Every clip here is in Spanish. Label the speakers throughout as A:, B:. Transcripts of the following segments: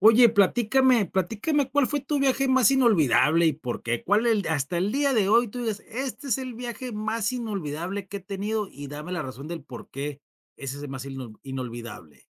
A: Oye, platícame, ¿cuál fue tu viaje más inolvidable y por qué? ¿Cuál el hasta el día de hoy tú digas: "Este es el viaje más inolvidable que he tenido", y dame la razón del por qué ese es el más inolvidable?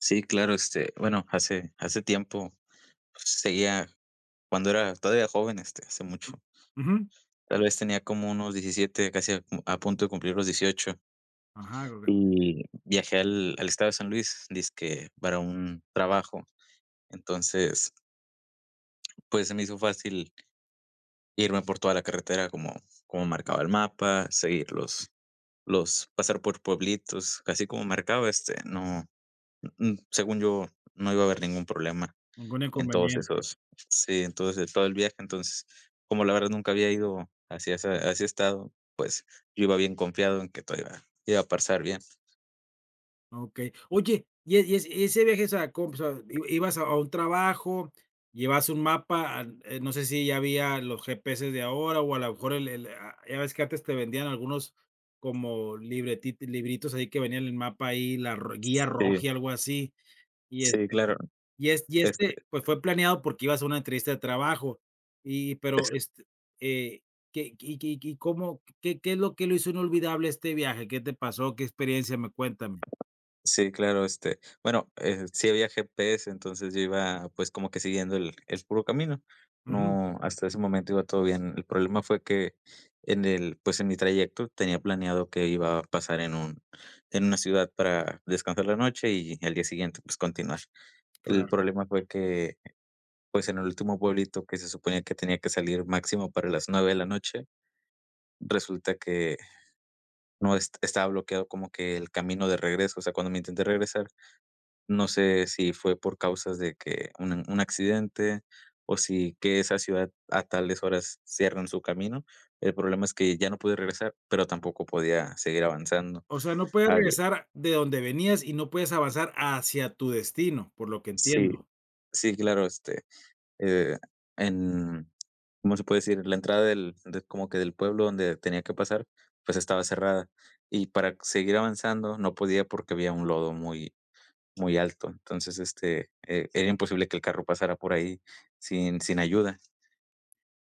B: Sí, claro, bueno, hace tiempo, pues, seguía cuando era todavía joven, hace mucho.
A: Ujú.
B: Tal vez tenía como unos 17, casi a punto de cumplir los 18,
A: Ajá, okey.
B: y viajé al estado de San Luis, dizque para un trabajo. Entonces, pues, se me hizo fácil irme por toda la carretera como marcaba el mapa, seguir los pasar por pueblitos, así como marcaba, no, según yo, no iba a haber ningún problema.
A: Ningún
B: En todos
A: inconveniente.
B: esos, sí, entonces, todo el viaje, entonces, como la verdad nunca había ido hacia esa a ese estado, pues, yo iba bien confiado en que todo iba a pasar bien.
A: Okey. Oye, y ese viaje, o sea, ¿cómo? O sea, ¿i ibas a un trabajo, llevabas un mapa? An No sé si ya había los GPS de ahora o a lo mejor el ya ves que antes te vendían algunos como libreti libritos ahí que venían el mapa ahí, la ro guía roja
B: Sí,
A: y algo así. Y
B: sí,
A: este
B: claro,
A: y
B: este,
A: este, pues, fue planeado porque ibas a una entrevista de trabajo. Y pero,
B: es-
A: eh, ¿qué qué qué qué cómo qué qué es lo que lo hizo inolvidable este viaje? ¿Qué te pasó? ¿Qué experiencia? Me Cuéntame.
B: sí, claro, bueno, sí había GPS, entonces yo iba, pues, como que siguiendo el puro camino.
A: Ujú,
B: No, hasta ese momento iba todo bien. El problema fue que pues, en mi trayecto tenía planeado que iba a pasar en un en una ciudad para descansar la noche y al día siguiente, pues, continuar. El
A: claro.
B: problema fue que, pues, en el último pueblito que se suponía que tenía que salir máximo para las 9 de la noche, resulta que no est estaba bloqueado como que el camino de regreso. O sea, cuando me intenté regresar, no sé si fue por causas de que un accidente, o si que esa ciudad a tales horas cierran su camino. El problema es que ya no pude regresar, pero tampoco podía seguir avanzando.
A: O sea, no puedes
B: Había.
A: regresar de donde venías y no puedes avanzar hacia tu destino, por lo que
B: Sí,
A: entiendo.
B: sí, claro, eh, en, ¿cómo se puede decir? La entrada como que del pueblo donde tenía que pasar, pues, estaba cerrada. Y para seguir avanzando no podía porque había un lodo muy, muy alto. Entonces, era imposible que el carro pasara por ahí sin ayuda.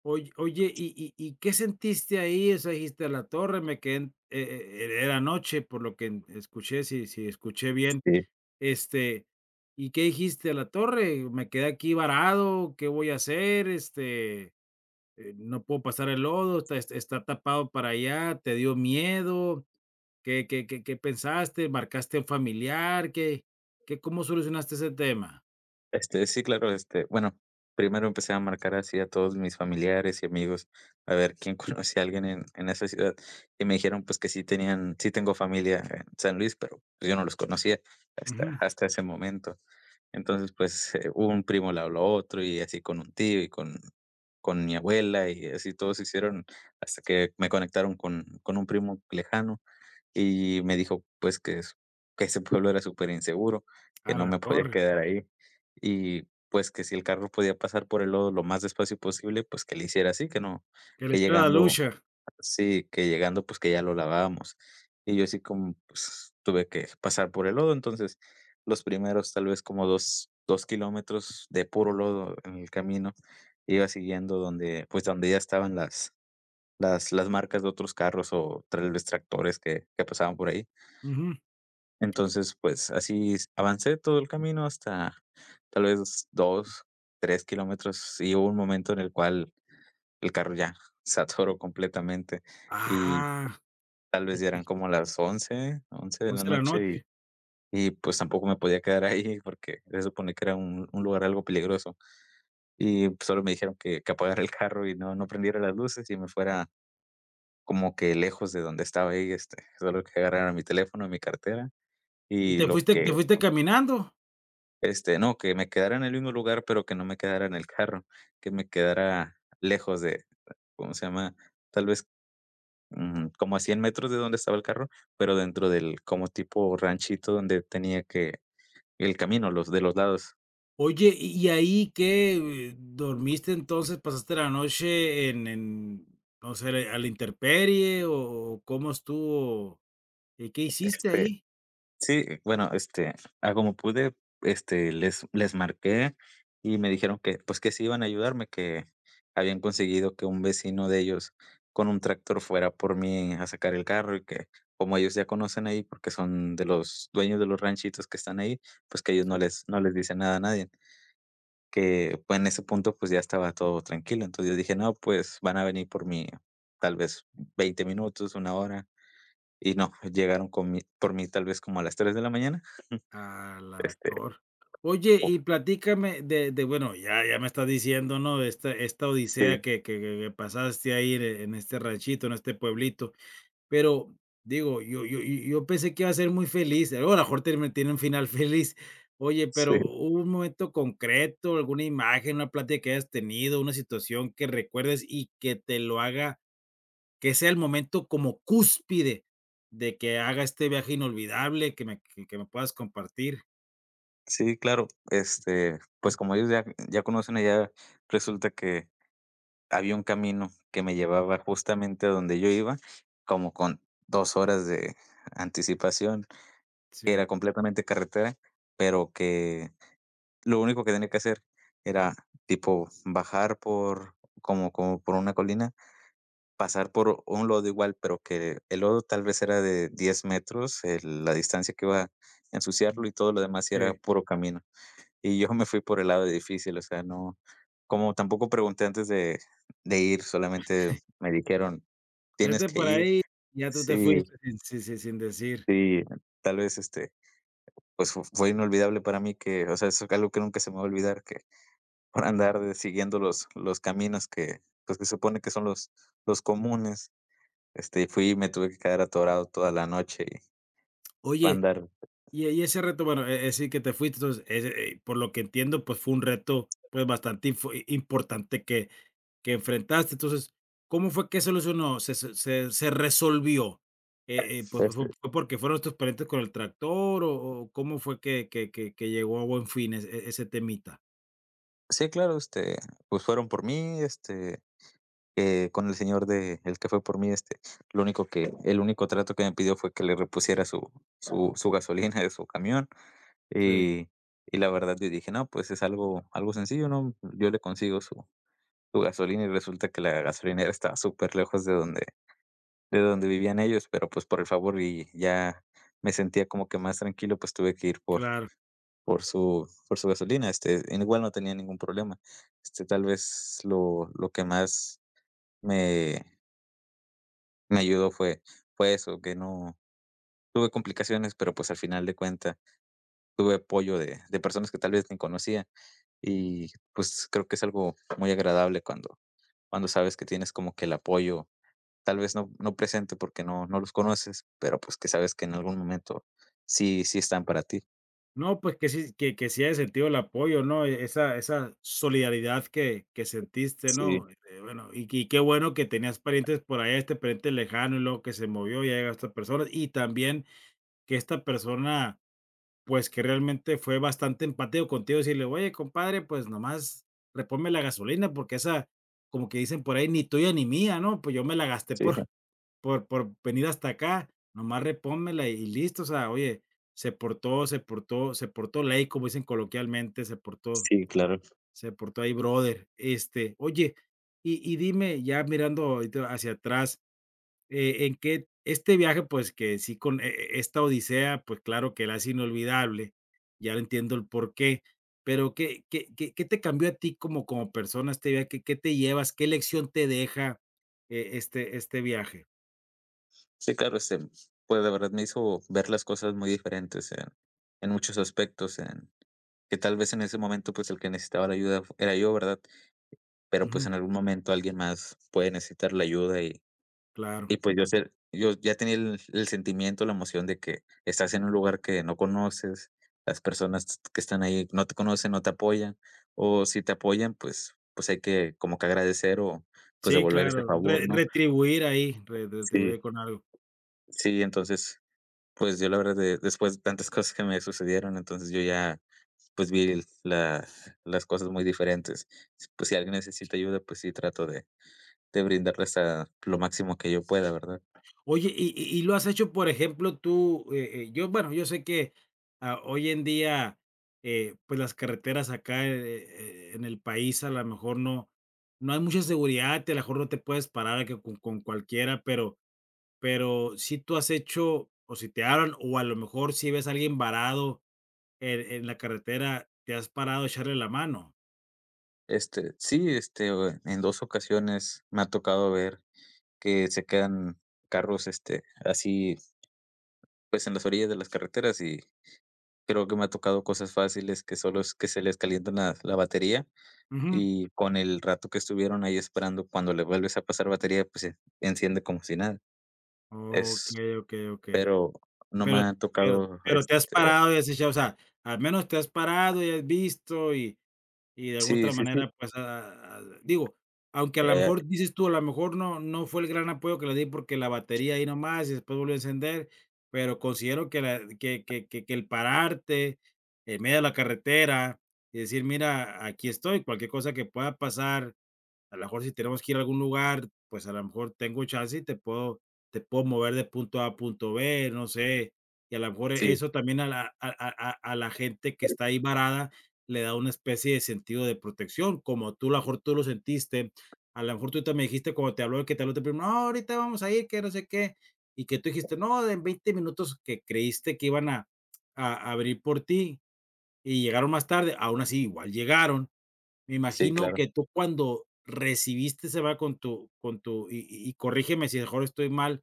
A: Oy Oye, ¿y y qué sentiste ahí? O sea, dijiste: "A la torre, me quedé en", era noche, por lo que en escuché, si escuché bien, este, ¿y qué dijiste? "A la torre, me quedé aquí varado, ¿qué voy a hacer? Este, no puedo pasar el lodo, está tapado para allá", ¿te dio miedo? Qué pensaste? ¿Marcaste a un familiar? Qué cómo solucionaste ese tema?
B: Sí, claro, bueno, primero empecé a marcar así a todos mis familiares y amigos, a ver quién conocía a alguien en esa ciudad, y me dijeron, pues, que sí tengo familia en San Luis, pero, pues, yo no los conocía hasta
A: Ujú.
B: hasta ese momento. Entonces, pues, un primo le habló a otro, y así con un tío, y con mi abuela, y así todos se hicieron hasta que me conectaron con un primo lejano, y me dijo, pues, que ese pueblo era superinseguro, que
A: A
B: no
A: la
B: me podía
A: torre,
B: quedar ahí, y, pues, que si el carro podía pasar por el lodo lo más despacio posible, pues, que le hiciera así, que no,
A: que le
B: que
A: hiciera la
B: llegando,
A: lucha.
B: sí, que llegando, pues, que ya lo lavábamos. Y yo así como, pues, tuve que pasar por el lodo, entonces, los primeros tal vez como 2 kilómetros de puro lodo en el camino, iba siguiendo donde, pues, donde ya estaban las marcas de otros carros o tal vez tractores que pasaban por ahí.
A: Ujú.
B: Entonces, pues, así avancé todo el camino hasta tal vez 2, 3 kilómetros, y hubo un momento en el cual el carro ya se atoró completamente, y
A: Ah,
B: tal vez
A: ¿y
B: ya
A: qué?
B: eran como las once, once de
A: 11
B: la
A: de la
B: noche, y
A: noche.
B: pues tampoco me podía quedar ahí porque se supone que era un lugar algo peligroso. Y, pues, solo me dijeron que apagara el carro y no no prendiera las luces y me fuera como que lejos de donde estaba ahí, solo que agarrara mi teléfono, y mi cartera
A: ¿Y
B: y lo
A: te
B: que.
A: fuiste caminando?
B: No, que me quedara en el mismo lugar, pero que no me quedara en el carro, que me quedara lejos de, ¿cómo se llama? Tal vez, como a 100 metros de donde estaba el carro, pero dentro del como tipo ranchito donde tenía que el camino, los de los lados.
A: Oye, ¿y ahí qué? ¿Dormiste entonces? ¿Pasaste la noche en, no sé, a la intemperie o cómo estuvo? ¿Y qué hiciste
B: este,
A: ahí?
B: Sí, bueno, a como pude, les marqué, y me dijeron que, pues, que sí iban a ayudarme, que habían conseguido que un vecino de ellos con un tractor fuera por mí a sacar el carro y que, como ellos ya conocen ahí, porque son de los dueños de los ranchitos que están ahí, pues, que ellos no les no les dicen nada a nadie, que, pues, en ese punto, pues, ya estaba todo tranquilo. Entonces, yo dije: "No, pues, van a venir por mí, tal vez 20 minutos, 1 hora". Y no, llegaron con mi por mí tal vez como a las 3 de la mañana.
A: A la
B: Este,
A: tor. Oye,
B: o
A: y platícame de, bueno, ya ya me estás diciendo, ¿no? Esta odisea
B: Sí,
A: que pasaste ahí en este ranchito, en este pueblito, pero digo, yo pensé que iba a ser muy feliz, a lo mejor termi tiene un final feliz. Oye,
B: sí,
A: pero, ¿hubo un momento concreto, alguna imagen, una plática que hayas tenido, una situación que recuerdes y que te lo haga que sea el momento como cúspide de que haga este viaje inolvidable que me que me puedas compartir?
B: sí, claro. Pues, como ellos ya ya conocen allá, resulta que había un camino que me llevaba justamente a donde yo iba, como con 2 horas de anticipación, que
A: Sí,
B: era completamente carretera, pero que lo único que tenía que hacer era tipo bajar por como por una colina, pasar por un lodo igual, pero que el lodo tal vez era de 10 metros, el la distancia que iba a ensuciarlo,
A: mm,
B: y todo lo demás sí era
A: sí,
B: puro camino. Y yo me fui por el lado difícil, o sea, no, como tampoco pregunté antes de ir, solamente me dijeron: "Tienes
A: vete
B: que
A: por
B: ir".
A: ahí, ya tú te
B: Sí,
A: fuiste sin sí, sí, sin decir.
B: sí, tal vez, pues, fu fue inolvidable para mí que, o sea, eso es algo que nunca se me va a olvidar, que por andar de siguiendo los caminos que, pues, que supone que son los comunes. Fui y me tuve que quedar atorado toda la noche para
A: Oye,
B: andar.
A: ese reto, bueno, e, es decir, que te fuiste, entonces, ese, por lo que entiendo, pues, fue un reto, pues, bastante info importante que enfrentaste. Entonces, ¿cómo fue que solucionó? Se resolvió?
B: Este,
A: Fue porque fueron tus parientes con el tractor o cómo fue que llegó a buen fin ese ese temita?
B: sí, claro, pues fueron por mí, con el señor de el que fue por mí, lo único que, el único trato que me pidió fue que le repusiera su gasolina de su camión.
A: Sí,
B: Y, y, la verdad yo dije, no, pues es algo, algo sencillo, ¿no? Yo le consigo su gasolina, y resulta que la gasolinera estaba súper lejos de donde, vivían ellos, pero pues por el favor y ya me sentía como que más tranquilo, pues tuve que ir por,
A: claro.
B: por su por su gasolina, igual no tenía ningún problema. Tal vez lo que más me me ayudó fue eso, que no tuve complicaciones, pero, pues, al final de cuentas tuve apoyo de personas que tal vez ni conocía, y, pues, creo que es algo muy agradable cuando sabes que tienes como que el apoyo, tal vez no no presente porque no no los conoces, pero, pues, que sabes que en algún momento sí sí están para ti.
A: No, pues que sí hayas sentido el apoyo, ¿no? Esa esa solidaridad que sentiste,
B: Sí,
A: ¿no? Bueno, qué bueno que tenías parientes por allá, este pariente lejano, y luego que se movió, y llega esta persona, y también que esta persona, pues, que realmente fue bastante empático contigo, decirle: "Oye, compadre, pues, nomás reponme la gasolina, porque esa", como que dicen por ahí: "Ni tuya ni mía", ¿no? Pues, yo me la gasté
B: sí,
A: por venir hasta acá, nomás repónmela y listo, o sea, oye, se portó ley, como dicen coloquialmente,
B: sí, claro.
A: se portó ahí brother. Este, oye, dime, ya mirando ahorita hacia atrás, ¿en qué este viaje, pues, que sí con esta odisea, pues, claro que la hace inolvidable, ya lo entiendo el porqué, pero, qué te cambió a ti como persona este viaje? Qué te llevas? ¿Qué lección te deja, este viaje?
B: Sí, claro, pues, la verdad me hizo ver las cosas muy diferentes en muchos aspectos, en que tal vez en ese momento, pues, el que necesitaba la ayuda fu era yo, ¿verdad? Pero, pues,
A: Ujú,
B: en algún momento alguien más puede necesitar la ayuda, y
A: claro.
B: pues, yo ya tenía el sentimiento, la emoción de que estás en un lugar que no conoces, las personas que están ahí no te conocen, no te apoyan, o si te apoyan, pues, hay que como que agradecer o, pues,
A: Sí,
B: devolver ese
A: claro,
B: favor,
A: re
B: ¿no?
A: retribuir ahí, re
B: Sí,
A: retribuir con algo.
B: sí, entonces, pues, yo, la verdad, de después de tantas cosas que me sucedieron, entonces, yo ya, pues, vi el la las cosas muy diferentes. Pues, si alguien necesita ayuda, pues sí trato de brindarles a lo máximo que yo pueda, ¿verdad?
A: Oye, y lo has hecho, por ejemplo, tú, yo, bueno, yo sé que, ah, hoy en día, pues, las carreteras acá, en el país, a lo mejor no hay mucha seguridad, y a lo mejor no te puedes parar a que con cualquiera, pero si tú has hecho, o si te hablan, o a lo mejor si ves a alguien varado en la carretera, ¿te has parado a echarle la mano?
B: Sí, este, o en 2 ocasiones me ha tocado ver que se quedan carros, así, pues, en las orillas de las carreteras, y creo que me ha tocado cosas fáciles que solo es que se les calienta la batería.
A: Ujú.
B: Y con el rato que estuvieron ahí esperando, cuando le vuelves a pasar batería, pues se enciende como si nada. Es.
A: Okey, okey, okey.
B: Pero no me
A: Pero
B: ha tocado,
A: pero te has parado y has dicho, o sea, al menos te has parado y has visto y de alguna
B: sí,
A: otra
B: sí, sí,
A: manera, pues, ah, digo, aunque a lo
B: eh,
A: mejor dices tú, a lo mejor no fue el gran apoyo que le di porque la batería ahí nomás y después volvió a encender, pero considero que la que el pararte en medio de la carretera y decir: "Mira, aquí estoy, cualquier cosa que pueda pasar". A lo mejor si tenemos que ir a algún lugar, pues a lo mejor tengo chance y te puedo mover de punto A a punto B, no sé. Y a lo mejor e,
B: sí,
A: eso también a la gente que está ahí varada le da una especie de sentido de protección, como tú a lo mejor tú lo sentiste. A lo mejor tú te me dijiste cuando te habló tu primo: "No, ahorita vamos a ir, que no sé qué", y que tú dijiste: "No, en 20 minutos", que creíste que iban a abrir por ti y llegaron más tarde, aún así igual llegaron. Me
B: sí,
A: imagino
B: claro,
A: que tú cuando recibiste esa llamada con tu y corrígeme si mejor estoy mal,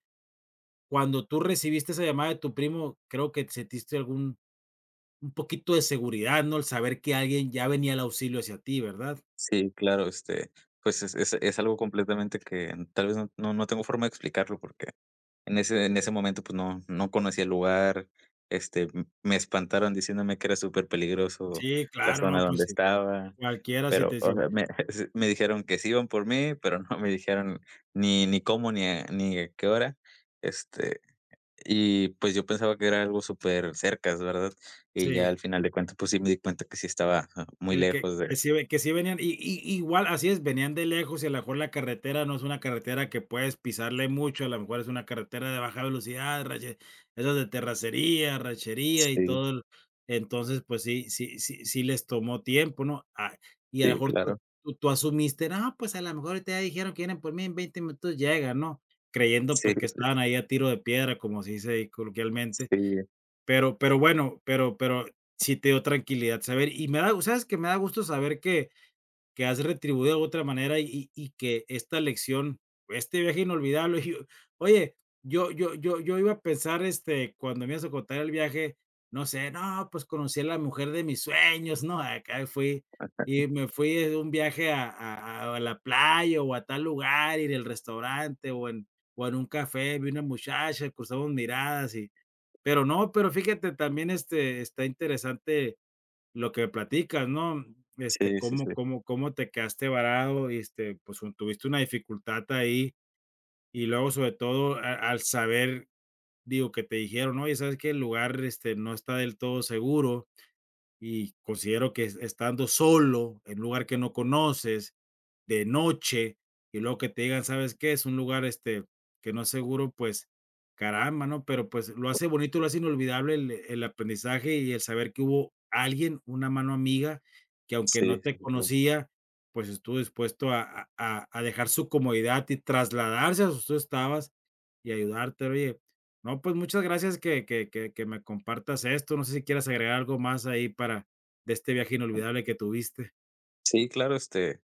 A: cuando tú recibiste esa llamada de tu primo, creo que sentiste algún un poquito de seguridad, ¿no? El saber que alguien ya venía al auxilio hacia ti, ¿verdad?
B: sí, claro, pues es algo completamente que tal vez no no no tengo forma de explicarlo, porque en ese momento, pues no no conocía el lugar, m me espantaron diciéndome que era súper peligroso
A: Sí,
B: la
A: claro, no,
B: zona
A: pues
B: donde
A: sí,
B: estaba.
A: cualquiera si
B: Pero,
A: te sí.
B: o sea, me me dijeron que sí iban por mí, pero no me dijeron ni cómo, ni a qué hora, este, y, pues, yo pensaba que era algo súper supercercas, ¿verdad? Y ya
A: Sí.
B: al final de cuentas, pues, sí me di cuenta que sí estaba, ah, muy lejos de.
A: Que sí ve que sí venían igual, así es, venían de lejos y a lo mejor la carretera no es una carretera que puedes pisarle mucho, a lo mejor es una carretera de baja velocidad, rache esas de terracería, rachería y
B: Sí,
A: todo el entonces, pues sí les tomó tiempo, ¿no? Ah, y a lo
B: sí,
A: mejor
B: claro.
A: tú asumiste, no, pues a lo mejor ahorita ya dijeron que vienen por mí, en 20 minutos llegan, ¿no? Creyendo, pues,
B: Sí,
A: que estaban ahí a tiro de piedra, como se dice ahí coloquialmente,
B: sí,
A: pero pero sí te dio tranquilidad saber, y me da ¿sabes que Me da gusto saber que has retribuido de otra manera y que esta lección, este viaje inolvidable, y oye, yo iba a pensar, este, cuando me ibas a contar el viaje, no sé, no, pues conocí a la mujer de mis sueños, ¿no? Acá fui y me fui de un viaje a la playa o a tal lugar ir al restaurante o en un café vi una muchacha, cruzamos miradas y pero no, pero fíjate, también, este, está interesante lo que platicas, ¿no? Este,
B: sí, sí,
A: cómo te quedaste varado y, este, pues, un tuviste una dificultad ahí, y luego, sobre todo, a al saber, digo, que te dijeron: "Oye, ¿sabes que El lugar, este, no está del todo seguro". Y considero que es estando solo en un lugar que no conoces, de noche, y luego que te digan: "¿Sabes qué? Es un lugar, este, que no es seguro", pues, caramba, ¿no? Pero, pues, lo hace bonito, lo hace inolvidable el aprendizaje y el saber que hubo alguien, una mano amiga, que aunque no
B: sí,
A: te
B: sí, sí, claro.
A: conocía, pues, estuvo dispuesto a dejar su comodidad y trasladarse a donde tú estabas y ayudarte. Oye, no, pues muchas gracias que me compartas esto. No sé si quieras agregar algo más ahí para de este viaje inolvidable que tuviste.
B: Sí, claro,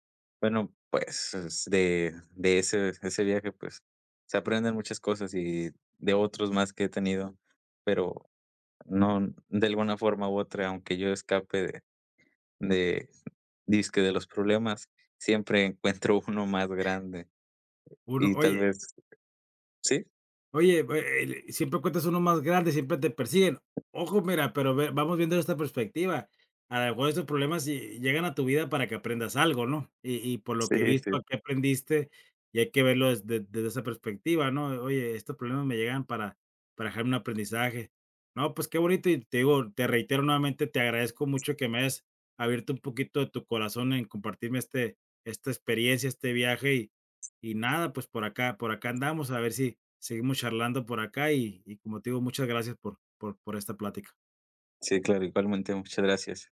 B: bueno, pues, es de ese viaje, pues, se aprenden muchas cosas y de otros más que he tenido, pero. No, de alguna forma u otra, aunque yo escape de dizque de los problemas, siempre encuentro uno más grande,
A: Uno
B: y tal
A: oye.
B: vez. Sí,
A: Oye, el siempre cuentas uno más grande, siempre te persiguen. Ojo, mira, pero ve vamos viendo esta perspectiva. A lo mejor estos problemas llegan a tu vida para que aprendas algo, ¿no? Por lo
B: sí,
A: que he
B: sí,
A: visto, aquí aprendiste y hay que verlo desde esa perspectiva, ¿no? Oye, estos problemas me llegan para dejarme un aprendizaje. No, pues qué bonito y te digo, te reitero nuevamente, te agradezco mucho que me hayas abierto un poquito de tu corazón en compartirme esta experiencia, este viaje nada, pues por acá andamos, a ver si seguimos charlando por acá y como te digo, muchas gracias por esta plática.
B: sí, claro, igualmente, muchas gracias.